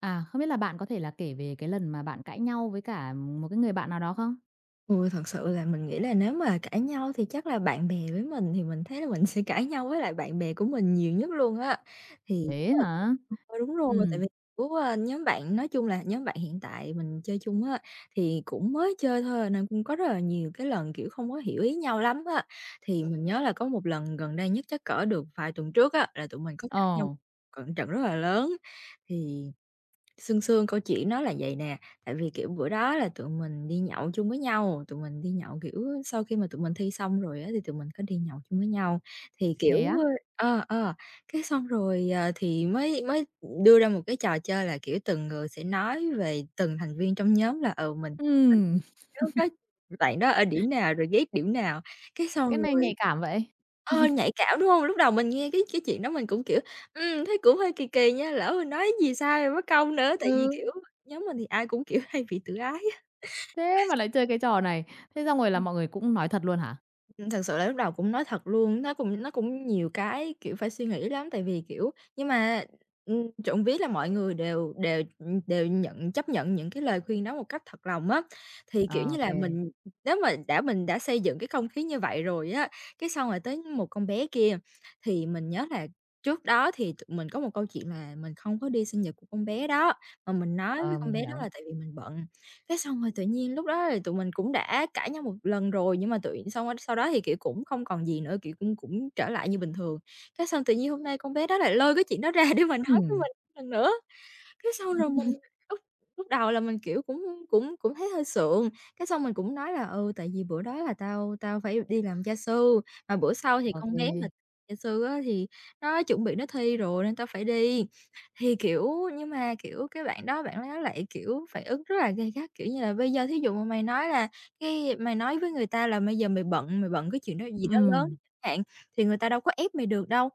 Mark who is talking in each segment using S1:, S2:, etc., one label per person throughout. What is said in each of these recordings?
S1: À, không biết là bạn có thể là kể về cái lần mà bạn cãi nhau với cả một cái người bạn nào đó không?
S2: Ôi, thật sự là mình nghĩ là nếu mà cãi nhau thì chắc là bạn bè với mình thì mình thấy là mình sẽ cãi nhau với lại bạn bè của mình nhiều nhất luôn á. Thì chắc
S1: Thế
S2: là
S1: hả?
S2: ờ, đúng rồi, tại
S1: Ừm,
S2: vì của, nhóm bạn nói chung là nhóm bạn hiện tại mình chơi chung á, thì cũng mới chơi thôi à, nên cũng có rất là nhiều cái lần, kiểu, không có hiểu ý nhau lắm á. Thì mình nhớ là có một lần gần đây nhất chắc cỡ được vài tuần trước á, là tụi mình có
S1: ồ,
S2: cãi nhau, cận trận rất là lớn. Thì Sương sương câu chuyện nó là vậy nè, tại vì, kiểu, bữa đó là tụi mình đi nhậu chung với nhau, tụi mình đi nhậu, kiểu, sau khi mà tụi mình thi xong rồi á thì tụi mình có đi nhậu chung với nhau. Thì, kiểu,
S1: thế á?
S2: ờ, ờ, cái xong rồi, thì mới mới đưa ra một cái trò chơi là, kiểu, từng người sẽ nói về từng thành viên trong nhóm là, ừ, mình
S1: Ừm,
S2: lúc đó bạn đó ở điểm nào rồi ghét điểm nào, cái xong
S1: cái này nhạy cảm vậy?
S2: Ờ, nhạy cảm, đúng hông? Lúc đầu mình nghe cái chuyện đó mình cũng, kiểu, thấy cũng hơi kỳ kỳ nha, lỡ mình nói gì sai rồi mất công nữa, tại vì,
S1: Ừ,
S2: kiểu, nhóm mình thì ai cũng, kiểu, hay bị tự ái á.
S1: Thế mà lại chơi cái trò này. Thế xong rồi là mọi người cũng nói thật luôn hả?
S2: Thật sự là lúc đầu cũng nói thật luôn, nó cũng nhiều cái, kiểu, phải suy nghĩ lắm, tại vì, kiểu nhưng mà, trộm vía là mọi người đều đều, đều nhận chấp nhận những cái lời khuyên đó một cách thật lòng á. Thì, kiểu
S1: Ờ,
S2: như
S1: ok.
S2: là, mình nếu mà mình đã xây dựng cái không khí như vậy rồi á, cái xong rồi tới một con bé kia, thì mình nhớ là trước đó thì tụi mình có một câu chuyện là mình không có đi sinh nhật của con bé đó, mà mình nói với
S1: Ờ,
S2: con
S1: mình
S2: bé đó là
S1: hiểu.
S2: tại vì mình bận. Cái xong rồi tự nhiên lúc đó thì tụi mình cũng đã cãi nhau một lần rồi, nhưng mà tụi xong á sau đó thì, kiểu, cũng không còn gì nữa, kiểu, cũng cũng trở lại như bình thường. Cái xong tự nhiên hôm nay con bé đó lại lôi cái chuyện đó ra để mà nói với
S1: Ừm,
S2: mình lần nữa. Cái xong rồi mình lúc lúc đầu là mình, kiểu, cũng cũng cũng thấy hơi sượng, cái xong mình cũng nói là "Ừ, tại vì bữa đó là tao tao phải đi làm gia sư, mà bữa sau thì
S1: ok.
S2: con bé mà
S1: kê,
S2: gia sư á thì nó chuẩn bị nó thi rồi nên tao phải đi." Thì, kiểu nhưng mà, kiểu, cái bạn đó lại, kiểu, phản ứng rất là gay gắt, kiểu như là, "Bây giờ thí dụ mà mày nói là cái mày nói với người ta là bây giờ mày bận cái chuyện đó gì đó lớn
S1: ừm,
S2: chẳng hạn, thì người ta đâu có ép mày được đâu."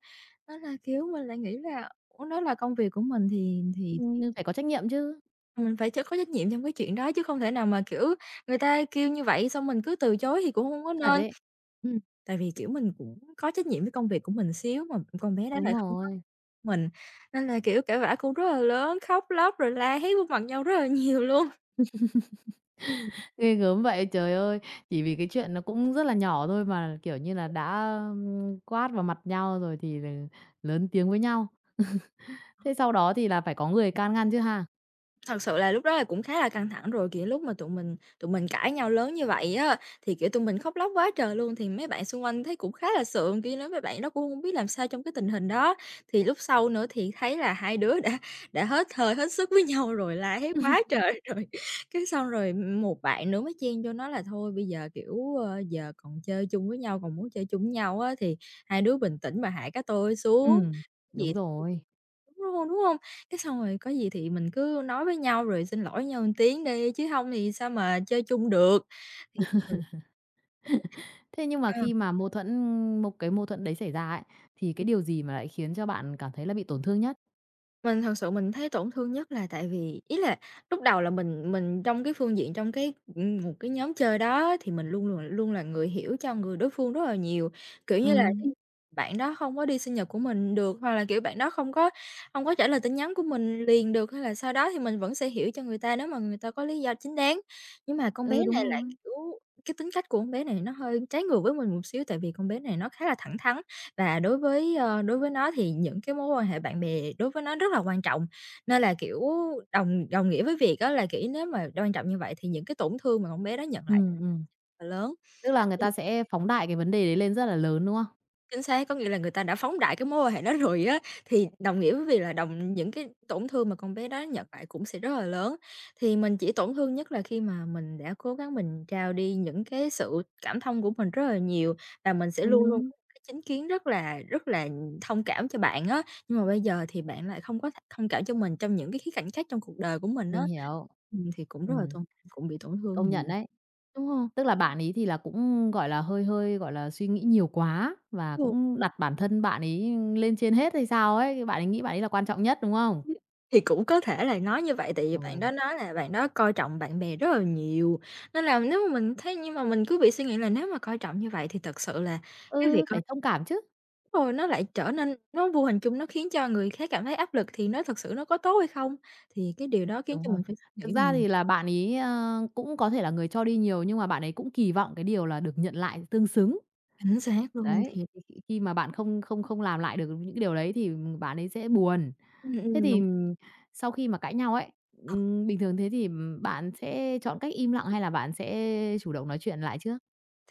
S2: Nên là, kiểu, mình lại nghĩ là Ủa, đó là công việc của mình thì thì
S1: nhưng phải có trách nhiệm chứ,
S2: thì mình phải ch có trách nhiệm trong cái chuyện đó chứ không thể nào mà, kiểu, người ta kêu như vậy xong mình cứ từ chối thì cũng hông có
S1: thật
S2: nên.
S1: đấy.
S2: Ừm, tại vì, kiểu, mình cũng có trách nhiệm với công việc của mình xíu mà con bé đó
S1: Đúng
S2: lại không có
S1: rồi.
S2: mình, nên là, kiểu, cãi vã cũng rất là lớn, khóc lóc rồi la hét vô mặt nhau rất là nhiều luôn. Ừm.
S1: Ghê gớm vậy, trời ơi! Chỉ vì cái chuyện nó cũng rất là nhỏ thôi mà, kiểu như là, đã, quát vào mặt nhau rồi thì là lớn tiếng với nhau. Thế sau đó thì là phải có người can ngăn chứ ha?
S2: Thật sự là lúc đó là cũng khá là căng thẳng rồi, kiểu, lúc mà tụi mình cãi nhau lớn như vậy á, thì, kiểu, tụi mình khóc lóc quá trời luôn, thì mấy bạn xung quanh thấy cũng khá là sượng, kiểu, nói mấy bạn đó cũng không biết làm sao trong cái tình hình đó. Thì lúc sau nữa thì thấy là hai đứa đã hết hơi hết sức với nhau rồi, la hét quá trời rồi, cái xong rồi một bạn nữa mới chen vô nói là "Thôi bây giờ, kiểu, ờ, giờ còn chơi chung với nhau, còn muốn chơi chung với nhau á, thì hai đứa bình tĩnh mà hạ cái tôi xuống."
S1: Ừm.
S2: Cái Gì
S1: Đúng
S2: thì
S1: rồi.
S2: đúng rồi, đúng không cái xong rồi có gì thì mình cứ nói với nhau rồi xin lỗi nhau một tiếng đi, chứ không thì sao mà chơi chung được. Thì mình
S1: Thế nhưng mà
S2: ờ.
S1: khi mà mâu thuẫn Một cái mâu thuẫn đấy xảy ra ấy, thì cái điều gì mà lại khiến cho bạn cảm thấy là bị tổn thương nhất?
S2: Mình thật sự mình thấy tổn thương nhất là tại vì ý là lúc đầu là mình trong cái phương diện trong cái, một cái nhóm chơi đó thì mình luôn luôn luôn là người hiểu cho người đối phương rất là nhiều. Kiểu như là,
S1: Ừm.
S2: cái bạn đó không có đi sinh nhật của mình được, hoặc là, kiểu, bạn đó không có trả lời tin nhắn của mình liền được, hay là sau đó thì mình vẫn sẽ hiểu cho người ta nếu mà người ta có lý do chính đáng. Nhưng mà con
S1: Ừ,
S2: bé
S1: đúng
S2: này lại,
S1: rồi.
S2: kiểu cái tính cách của con bé này nó hơi trái ngược với mình một xíu, tại vì con bé này nó khá là thẳng thắn. Và đối với, đối với nó thì những cái mối quan hệ bạn bè đối với nó rất là quan trọng, nên là, kiểu, đồng đồng nghĩa với việc đó là, kiểu, nếu mà quan trọng như vậy thì những cái tổn thương mà con bé đó nhận lại rất
S1: Ừm, ừm.
S2: là lớn.
S1: Tức là người ta sẽ phóng đại cái vấn đề đấy lên rất là lớn, đúng không?
S2: Chính xác, có nghĩa là người ta đã phóng đại cái mối quan hệ đó rồi á, thì đồng nghĩa với việc là đồng những cái tổn thương mà con bé đó nhận lại cũng sẽ rất là lớn. Thì mình chỉ tổn thương nhất là khi mà mình đã cố gắng mình trao đi những cái sự cảm thông của mình rất là nhiều và mình sẽ luôn luôn
S1: Ừm.
S2: có một cái chính kiến rất là thông cảm cho bạn á, nhưng mà bây giờ thì bạn lại không có th thông cảm cho mình trong những cái khía cạnh khác trong cuộc đời của mình á,
S1: Mình hiểu.
S2: thì cũng rất là
S1: Ừm,
S2: tổn cũng bị tổn thương
S1: công nhận
S2: nhiều,
S1: đấy.
S2: đúng không
S1: Tức là bạn ấy thì là cũng, gọi là, hơi hơi, gọi là, suy nghĩ nhiều quá và cũng đặt bản thân bạn ấy lên trên hết hay sao ấy, bạn ấy nghĩ bạn ấy là quan trọng nhất, đúng không?
S2: Thì cũng có thể là nói như vậy, tại vì bạn
S1: Ừ.
S2: đó nói là bạn đó coi trọng bạn bè rất là nhiều, nên là nếu mà mình thấy nhưng mà mình cứ bị suy nghĩ là nếu mà coi trọng như vậy thì thật sự là cái việc
S1: Ừ,
S2: coi
S1: phải thông cảm chứ.
S2: rồi nó lại trở nên nó vô hình chung nó khiến cho người khác cảm thấy áp lực thì nó thật sự nó có tốt hay không? Thì cái điều đó khiến
S1: Đúng
S2: cho
S1: rồi.
S2: mình phải suy
S1: Thực
S2: nghĩ,
S1: ra
S2: mình
S1: thì là bạn ấy, cũng có thể là người cho đi nhiều nhưng mà bạn ấy cũng kỳ vọng cái điều là được nhận lại tương xứng.
S2: chính xác luôn,
S1: Đấy,
S2: thì
S1: thì khi khi mà bạn không không không làm lại được những cái điều đấy thì bạn ấy sẽ buồn. Thế thì,
S2: Đúng.
S1: sau khi mà cãi nhau ấy, bình thường thế thì, bạn sẽ chọn cách im lặng hay là bạn sẽ chủ động nói chuyện lại trước?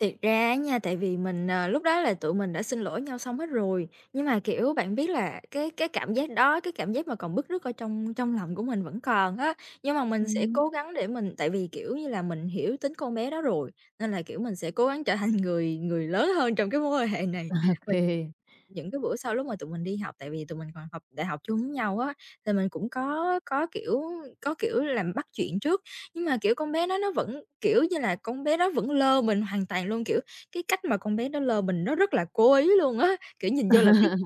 S2: Thiệt ra á nha, tại vì mình, lúc đó là tụi mình đã xin lỗi nhau xong hết rồi, nhưng mà, kiểu, bạn biết là cái cái cảm giác mà còn bứt rứt ở trong trong lòng của mình vẫn còn á. Nhưng mà mình sẽ
S1: Ừm.
S2: cố gắng để mình tại vì, kiểu như là, mình hiểu tính con bé đó rồi, nên là, kiểu, mình sẽ cố gắng trở thành người người lớn hơn trong cái mối quan hệ này.
S1: Ô kê.
S2: Những cái bữa sau lúc mà tụi mình đi học, tại vì tụi mình còn học đại học chung với nhau á, thì mình cũng có, kiểu có, kiểu, làm bắt chuyện trước, nhưng mà, kiểu, con bé nó vẫn, kiểu như là, con bé đó vẫn lơ mình hoàn toàn luôn. Kiểu, cái cách mà con bé đó lơ mình nó rất là cố ý luôn á, kiểu, nhìn vô là biết
S1: Ừm,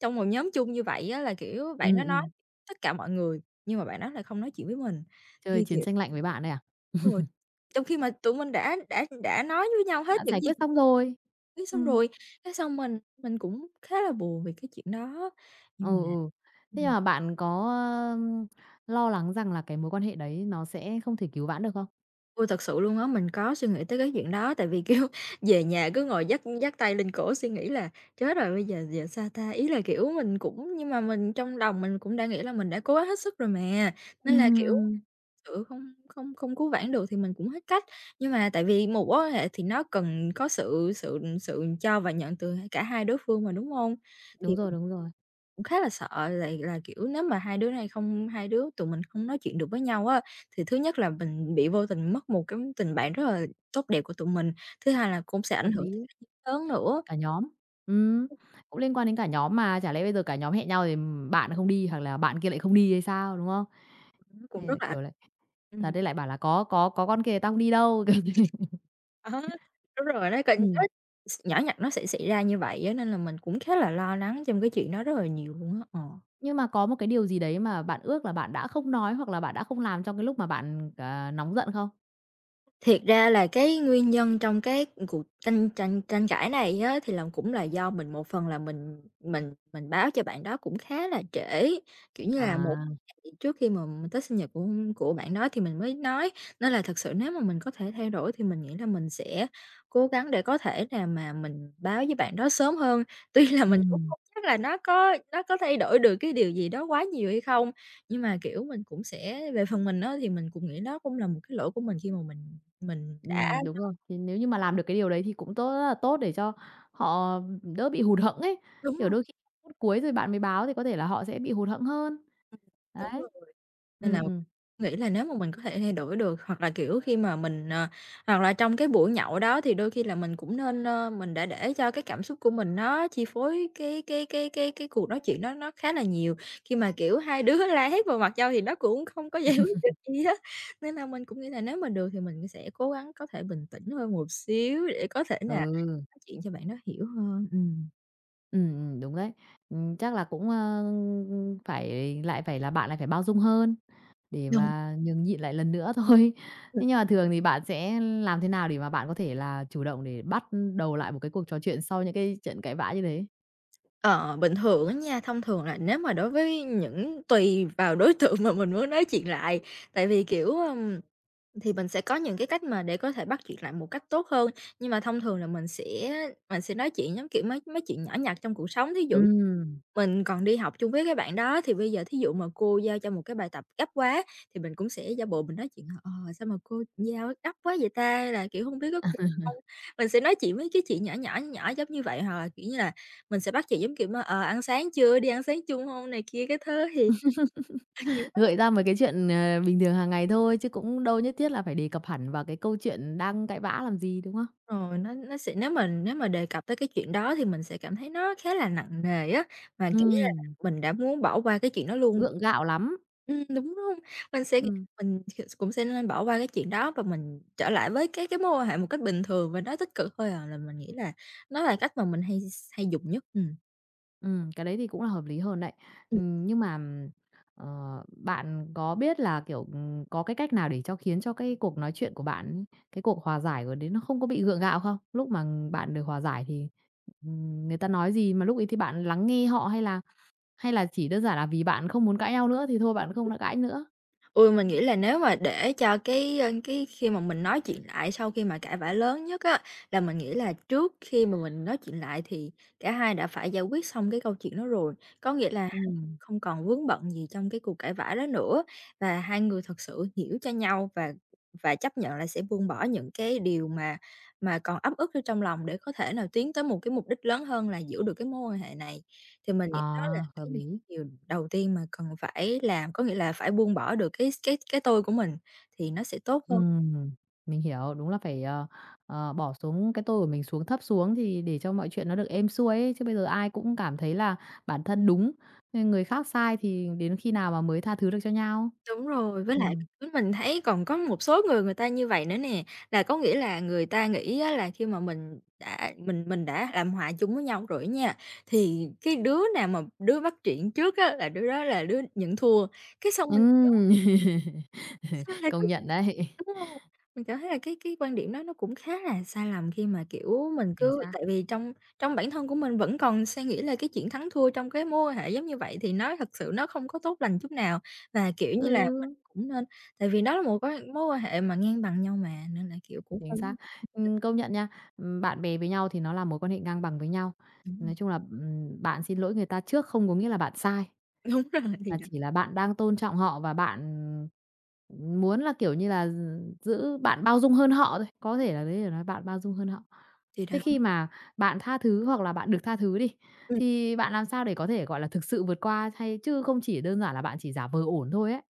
S2: trong một nhóm chung như vậy á là, kiểu, bạn nó nói tất cả mọi người, nhưng mà bạn đó lại không nói chuyện với mình.
S1: chơi
S2: Thì,
S1: chiến
S2: kiểu,
S1: tranh lạnh với bạn đây à?
S2: ừ, trong khi mà tụi mình đã nói với nhau hết
S1: Đã
S2: những
S1: giải
S2: gì
S1: quyết xong rồi.
S2: Thế xong
S1: Ừm.
S2: rồi cái xong mình cũng khá là buồn vì cái chuyện đó,
S1: Ừ,
S2: nhưng mà
S1: ừ. Thế nhưng
S2: ừm,
S1: mà bạn có, ờm, lo lắng rằng là cái mối quan hệ đấy nó sẽ không thể cứu vãn được không?
S2: ôi, thật sự luôn á, mình có suy nghĩ tới cái chuyện đó, tại vì, kiểu, về nhà cứ ngồi dắt dắt tay lên cổ suy nghĩ là "Chết rồi, bây giờ giờ sao ta?" Ý là, kiểu, mình cũng nhưng mà mình trong lòng mình cũng đã nghĩ là mình đã cố hết sức rồi mà, nên là,
S1: Ừm,
S2: kiểu,
S1: ừm.
S2: sự không không không cứu vãn được thì mình cũng hết cách. Nhưng mà tại vì một mối quan hệ thì nó cần có sự sự sự cho và nhận từ cả hai đối phương mà, đúng không? Thì.
S1: Đúng rồi, đúng rồi.
S2: Cũng khá là sợ, là, kiểu, nếu mà hai đứa tụi mình không nói chuyện được với nhau á, thì thứ nhất là mình bị vô tình mất một cái tình bạn rất là tốt đẹp của tụi mình, thứ hai là cũng sẽ ảnh
S1: Hợp
S2: hưởng tới
S1: lý.
S2: các đứa lớn nữa.
S1: Cả nhóm. Ừm, cũng liên quan đến cả nhóm mà, chả lẽ bây giờ cả nhóm hẹn nhau thì, bạn không đi hoặc là bạn kia lại không đi hay sao, đúng không?
S2: Nó cũng
S1: Hay là,
S2: rất là
S1: kiểu, lại thật
S2: ừm,
S1: đấy lại bảo là có con kia tao không đi đâu." Kiểu thế.
S2: đó, đúng rồi đấy, cảm
S1: Ừm.
S2: giác nhỏ nhặt nó sẽ xảy ra như vậy á, nên là mình cũng khá là lo lắng trong cái chuyện đó rất là nhiều luôn á.
S1: Nhưng mà có một cái điều gì đấy mà bạn ước là bạn đã không nói hoặc là bạn đã không làm trong cái lúc mà bạn, nóng giận không?
S2: Thiệt ra là cái nguyên nhân trong cái cuộc tranh tranh tranh cãi này á, thì là cũng là do mình, một phần là mình báo cho bạn đó cũng khá là trễ, kiểu như là, một
S1: À.
S2: ngày trước khi mà mình tới sinh nhật của bạn đó thì mình mới nói, nên là thật sự nếu mà mình có thể thay đổi thì mình nghĩ là mình sẽ cố gắng để có thể nào mà mình báo với bạn đó sớm hơn. Tuy là mình cũng
S1: Ừm.
S2: không chắc là nó có thay đổi được cái điều gì đó quá nhiều hay không, nhưng mà, kiểu, mình cũng sẽ về phần mình á, thì mình cũng nghĩ đó cũng là một cái lỗi của mình khi mà mình đã.
S1: Đúng rồi. Thì nếu như mà làm được cái điều đấy thì cũng tốt rất là tốt để cho họ đỡ bị hụt hẫng ấy.
S2: Đúng
S1: Kiểu,
S2: luôn.
S1: đôi khi phút cuối rồi bạn mới báo thì có thể là họ sẽ bị hụt hẫng hơn.
S2: Đúng
S1: Đấy.
S2: luôn. Nên là
S1: Ừm, ừm.
S2: nghĩ là nếu mà mình có thể thay đổi được, hoặc là, kiểu, khi mà mình, hoặc là trong cái buổi nhậu đó thì đôi khi là mình cũng nên, mình đã để cho cái cảm xúc của mình nó chi phối cái cuộc nói chuyện đó nó khá là nhiều. Khi mà, kiểu, hai đứa la hét vào mặt nhau thì nó cũng không có giải quyết được gì hết. Nên là mình cũng nghĩ là nếu mà được thì mình sẽ cố gắng có thể bình tĩnh hơn một xíu để có thể là
S1: Ừ.
S2: nói chuyện cho bạn nó hiểu hơn. Ừm.
S1: Đúng đấy. Chắc là cũng, phải lại phải là bạn lại phải bao dung hơn để
S2: Đúng.
S1: mà nhường nhịn lại lần nữa thôi. Thế nhưng mà thường thì bạn sẽ làm thế nào để mà bạn có thể là chủ động để bắt đầu lại một cái cuộc trò chuyện sau những cái trận cãi vã như thế?
S2: Ờ, bình thường á nha, thông thường là nếu mà đối với những tùy vào đối tượng mà mình muốn nói chuyện lại, tại vì, kiểu, thì mình sẽ có những cái cách mà để có thể bắt chuyện lại một cách tốt hơn. Nhưng mà thông thường là mình sẽ nói chuyện giống kiểu mấy mấy chuyện nhỏ nhặt trong cuộc sống, thí dụ
S1: Ừm.
S2: mình còn đi học chung với cái bạn đó, thì bây giờ thí dụ mà cô giao cho một cái bài tập gấp quá thì mình cũng sẽ giả bộ mình nói chuyện là "Ờ, sao mà cô giao gấp quá vậy ta?" Hay là, kiểu, không biết có kịp không. Mình sẽ nói chuyện với cái chuyện nhỏ nhỏ, nhỏ giống như vậy, hoặc là, kiểu như là, mình sẽ bắt chuyện giống kiểu mà "Ờ, ăn sáng chưa? Đi ăn sáng chung không này kia cái thứ" thì những cái
S1: Gợi ra mấy cái chuyện, bình thường hàng ngày thôi, chứ cũng đâu nhất thiết là phải đề cập hẳn vào cái câu chuyện đang cãi vã làm gì, đúng không?
S2: rồi, nó sẽ, nếu mà đề cập tới cái chuyện đó thì mình sẽ cảm thấy nó khá là nặng nề á, mà kiểu như là,
S1: Ừm,
S2: mình đã muốn bỏ qua cái chuyện đó luôn.
S1: gượng gạo lắm.
S2: Đúng hông? Mình sẽ
S1: Ừm,
S2: mình cũng sẽ nên bỏ qua cái chuyện đó và mình trở lại với cái mối quan hệ một cách bình thường và nó tích cực thôi à, là mình nghĩ là nó là cách mà mình hay dùng nhất. Ừm.
S1: cái đấy thì cũng là hợp lý hơn đấy. Nhưng mà, ờ, bạn có biết là, kiểu, có cái cách nào để cho khiến cho cái cuộc nói chuyện của bạn, ấy, cái cuộc hòa giải của đấy nó không có bị gượng gạo không? Lúc mà bạn được hòa giải thì, người ta nói gì mà lúc ấy thì bạn lắng nghe họ hay là chỉ đơn giản là vì bạn không muốn cãi nhau nữa thì thôi bạn không đã cãi nữa?
S2: Ôi, mình nghĩ là nếu mà để cho cái, cái khi mà mình nói chuyện lại sau khi mà cãi vã lớn nhất á, là mình nghĩ là trước khi mà mình nói chuyện lại thì cả hai đã phải giải quyết xong cái câu chuyện đó rồi. Có nghĩa là
S1: Ừm.
S2: không còn vướng bận gì trong cái cuộc cãi vã đó nữa và hai người thật sự hiểu cho nhau và chấp nhận là sẽ buông bỏ những cái điều mà còn ấp ức ở trong lòng để có thể nào tiến tới một cái mục đích lớn hơn là giữ được cái mối quan hệ này. Thì mình
S1: À,
S2: nghĩ đó là
S1: hợp
S2: cái
S1: lý.
S2: điều đầu tiên mà cần phải làm, có nghĩa là phải buông bỏ được cái tôi của mình thì nó sẽ tốt hơn.
S1: Ừm, mình hiểu, đúng là phải, bỏ xuống cái tôi của mình xuống thấp xuống thì để cho mọi chuyện nó được êm xuôi ấy, chứ bây giờ ai cũng cảm thấy là bản thân đúng, nên người khác sai thì đến khi nào mà mới tha thứ được cho nhau.
S2: Đúng rồi, với lại
S1: Ừm.
S2: mình thấy còn có một số người người ta như vậy nữa nè, là có nghĩa là người ta nghĩ á là khi mà mình đã làm hòa chung với nhau rồi nha, thì cái đứa nào mà đứa bắt chuyện trước á là đứa đó là đứa nhận thua, cái xong.
S1: Ừm.
S2: Sao lại
S1: Công
S2: có
S1: nhận đấy.
S2: đúng hông? Mình cảm thấy là cái quan điểm đó nó cũng khá là sai lầm khi mà, kiểu, mình
S1: Chính
S2: cứ
S1: xác.
S2: tại vì trong trong bản thân của mình vẫn còn suy nghĩ là cái chuyện thắng thua trong cái mối quan hệ giống như vậy thì nó thật sự nó không có tốt lành chút nào. Và, kiểu như là, mình
S1: Ừ,
S2: cũng nên tại vì đó là một cái mối quan hệ mà ngang bằng nhau mà, nên là, kiểu, cũng
S1: chính
S2: không có.
S1: xác. Công nhận nha. Bạn bè với nhau thì nó là mối quan hệ ngang bằng với nhau.
S2: Đúng
S1: Nói chung là, bạn xin lỗi người ta trước không có nghĩa là bạn sai.
S2: rồi, đúng rồi, thì
S1: Mà
S2: đó,
S1: chỉ là bạn đang tôn trọng họ và bạn, muốn là, kiểu như là, giữ bạn bao dung hơn họ thôi, có thể là đấy là nói bạn bao dung hơn họ.
S2: thì đó.
S1: Thế khi mà bạn tha thứ hoặc là bạn được tha thứ đi,
S2: Ừm.
S1: thì bạn làm sao để có thể, gọi là, thực sự vượt qua hay chứ không chỉ đơn giản là bạn chỉ giả vờ ổn thôi ấy?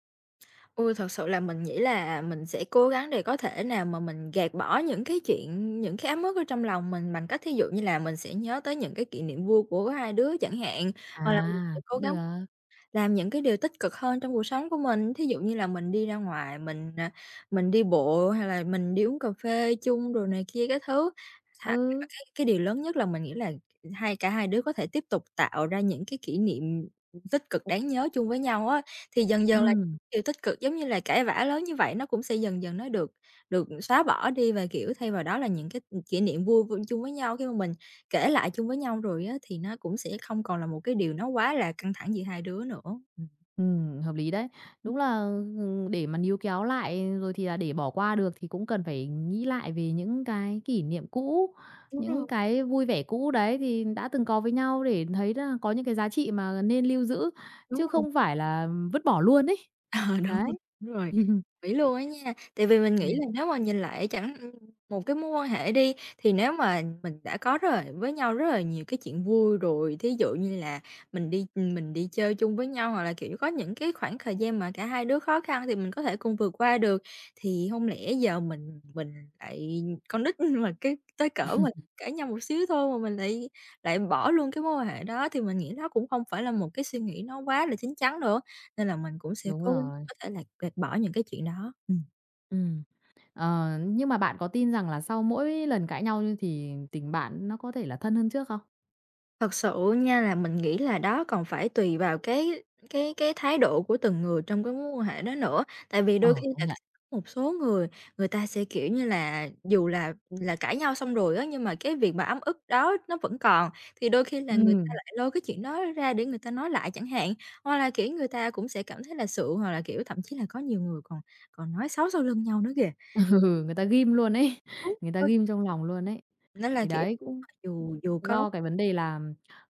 S2: Ôi, thật sự là mình nghĩ là mình sẽ cố gắng để có thể nào mà mình gạt bỏ những cái chuyện, những cái ấm ức ở trong lòng mình, bằng cách thí dụ như là mình sẽ nhớ tới những cái kỷ niệm vui của hai đứa chẳng hạn, hoặc là mình sẽ
S1: À,
S2: cố
S1: cũng
S2: gắng
S1: được.
S2: làm những cái điều tích cực hơn trong cuộc sống của mình, thí dụ như là mình đi ra ngoài, mình, mình đi bộ hay là mình đi uống cà phê chung rồi này kia cái thứ. Thà
S1: Ừ,
S2: cái điều lớn nhất là mình nghĩ là cả hai đứa có thể tiếp tục tạo ra những cái kỷ niệm tích cực đáng nhớ chung với nhau á, thì dần dần là
S1: ừm.
S2: điều tích cực giống như là cãi vã lớn như vậy, nó cũng sẽ dần dần nó được được xóa bỏ đi, và, kiểu, thay vào đó là những cái kỷ niệm vui vui chung với nhau, khi mà mình kể lại chung với nhau rồi á, thì nó cũng sẽ không còn là một cái điều nó quá là căng thẳng giữa hai đứa nữa. Ừm.
S1: Hợp lý đấy. Đúng là, để mà níu kéo lại rồi thì là để bỏ qua được thì cũng cần phải nghĩ lại về những cái kỷ niệm cũ, những cái vui vẻ cũ đấy thì đã từng có với nhau để thấy là có những cái giá trị mà nên lưu giữ,
S2: Đúng
S1: chứ
S2: rồi.
S1: không phải là vứt bỏ luôn ấy.
S2: Ờ, đúng
S1: Đấy.
S2: rồi, đúng rồi, nghĩ luôn á nha. Tại vì mình nghĩ
S1: Ừm,
S2: là nếu mà nhìn lại chẳng một cái mối quan hệ đi, thì nếu mà mình đã có rồi với nhau rất là nhiều cái chuyện vui rồi, thí dụ như là mình đi mình đi chơi chung với nhau, hoặc là, kiểu, có những cái khoảng thời gian mà cả hai đứa khó khăn thì mình có thể cùng vượt qua được, thì không lẽ giờ mình lại con nít mà cái tới cỡ mà cãi nhau một xíu thôi mà mình lại lại bỏ luôn cái mối quan hệ đó, thì mình nghĩ nó cũng không phải là một cái suy nghĩ nó quá là chín chắn được. Nên là mình cũng sẽ
S1: đúng
S2: cố gắng
S1: rồi.
S2: có thể là gạt bỏ những cái chuyện đó. Ừm.
S1: Ừm. Ờ, nhưng mà bạn có tin rằng là sau mỗi lần cãi nhau như thì tình bạn nó có thể là thân hơn trước không?
S2: Thật sự nha là mình nghĩ là đó còn phải tùy vào cái thái độ của từng người trong cái mối quan hệ đó nữa. Tại vì đôi
S1: Ờ,
S2: khi
S1: công
S2: là
S1: nhận.
S2: một số người, người ta sẽ, kiểu như là, dù là cãi nhau xong rồi á, nhưng mà cái việc mà ấm ức đó nó vẫn còn, thì đôi khi là người ta
S1: Ừ.
S2: lại lôi cái chuyện đó ra để người ta nói lại chẳng hạn. Hoặc là, kiểu, người ta cũng sẽ cảm thấy là sượng, hoặc là, kiểu, thậm chí là có nhiều người còn còn nói xấu sau lưng nhau nữa kìa.
S1: Ừ, người ta ghim luôn ấy,
S2: Đúng,
S1: người ta ghim trong lòng luôn ấy.
S2: nên là,
S1: Thì
S2: kiểu,
S1: đấy, cũng
S2: dù dù có.
S1: do cái vấn đề là,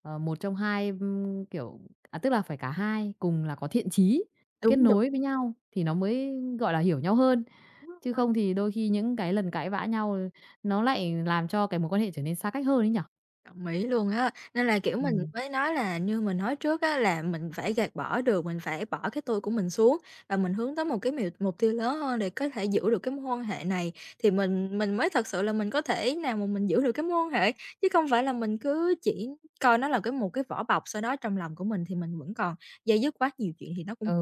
S1: một trong hai, tức là phải cả hai cùng là có thiện chí, kết
S2: Đúng, đúng,
S1: nối với nhau thì nó mới, gọi là, hiểu nhau hơn,
S2: đúng
S1: chứ
S2: rồi,
S1: không thì đôi khi những cái lần cãi vã nhau nó lại làm cho cái mối quan hệ trở nên xa cách hơn ấy nhở?
S2: đồng ý luôn á. Nên là, kiểu, mình
S1: Ừm.
S2: mới nói là như mình nói trước á, là mình phải gạt bỏ được, mình phải bỏ cái tôi của mình xuống và mình hướng tới một cái mục tiêu lớn hơn để có thể giữ được cái mối quan hệ này, thì mình mới thật sự là mình có thể nào mà mình giữ được cái mối quan hệ, chứ không phải là mình cứ chỉ coi nó là cái một cái vỏ bọc, sau đó trong lòng của mình thì mình vẫn còn day dứt quá nhiều chuyện thì nó cũng.
S1: Ừ,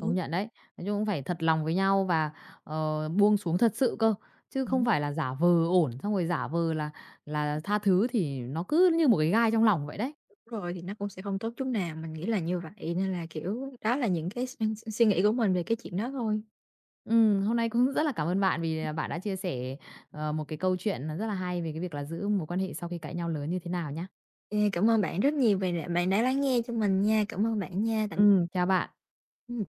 S2: Đúng,
S1: nhận đấy. Nói chung cũng phải thật lòng với nhau và, buông xuống thật sự cơ, chứ không
S2: đúng,
S1: phải là giả vờ ổn, xong rồi giả vờ là tha thứ thì nó cứ như một cái gai trong lòng vậy đấy.
S2: đúng rồi, thì nó cũng sẽ không tốt chút nào, mình nghĩ là như vậy. Nên là, kiểu, đó là những cái suy nghĩ của mình về cái chuyện đó thôi.
S1: Hôm nay cũng rất là cảm ơn bạn vì, bạn đã chia sẻ, một cái câu chuyện, rất là hay về cái việc là giữ mối quan hệ sau khi cãi nhau lớn như thế nào nhá.
S2: Ê, cảm ơn bạn rất nhiều vì bạn đã lắng nghe cho mình nha. Cảm ơn bạn nha. Tạm biệt.
S1: Chào bạn.
S2: Ừm.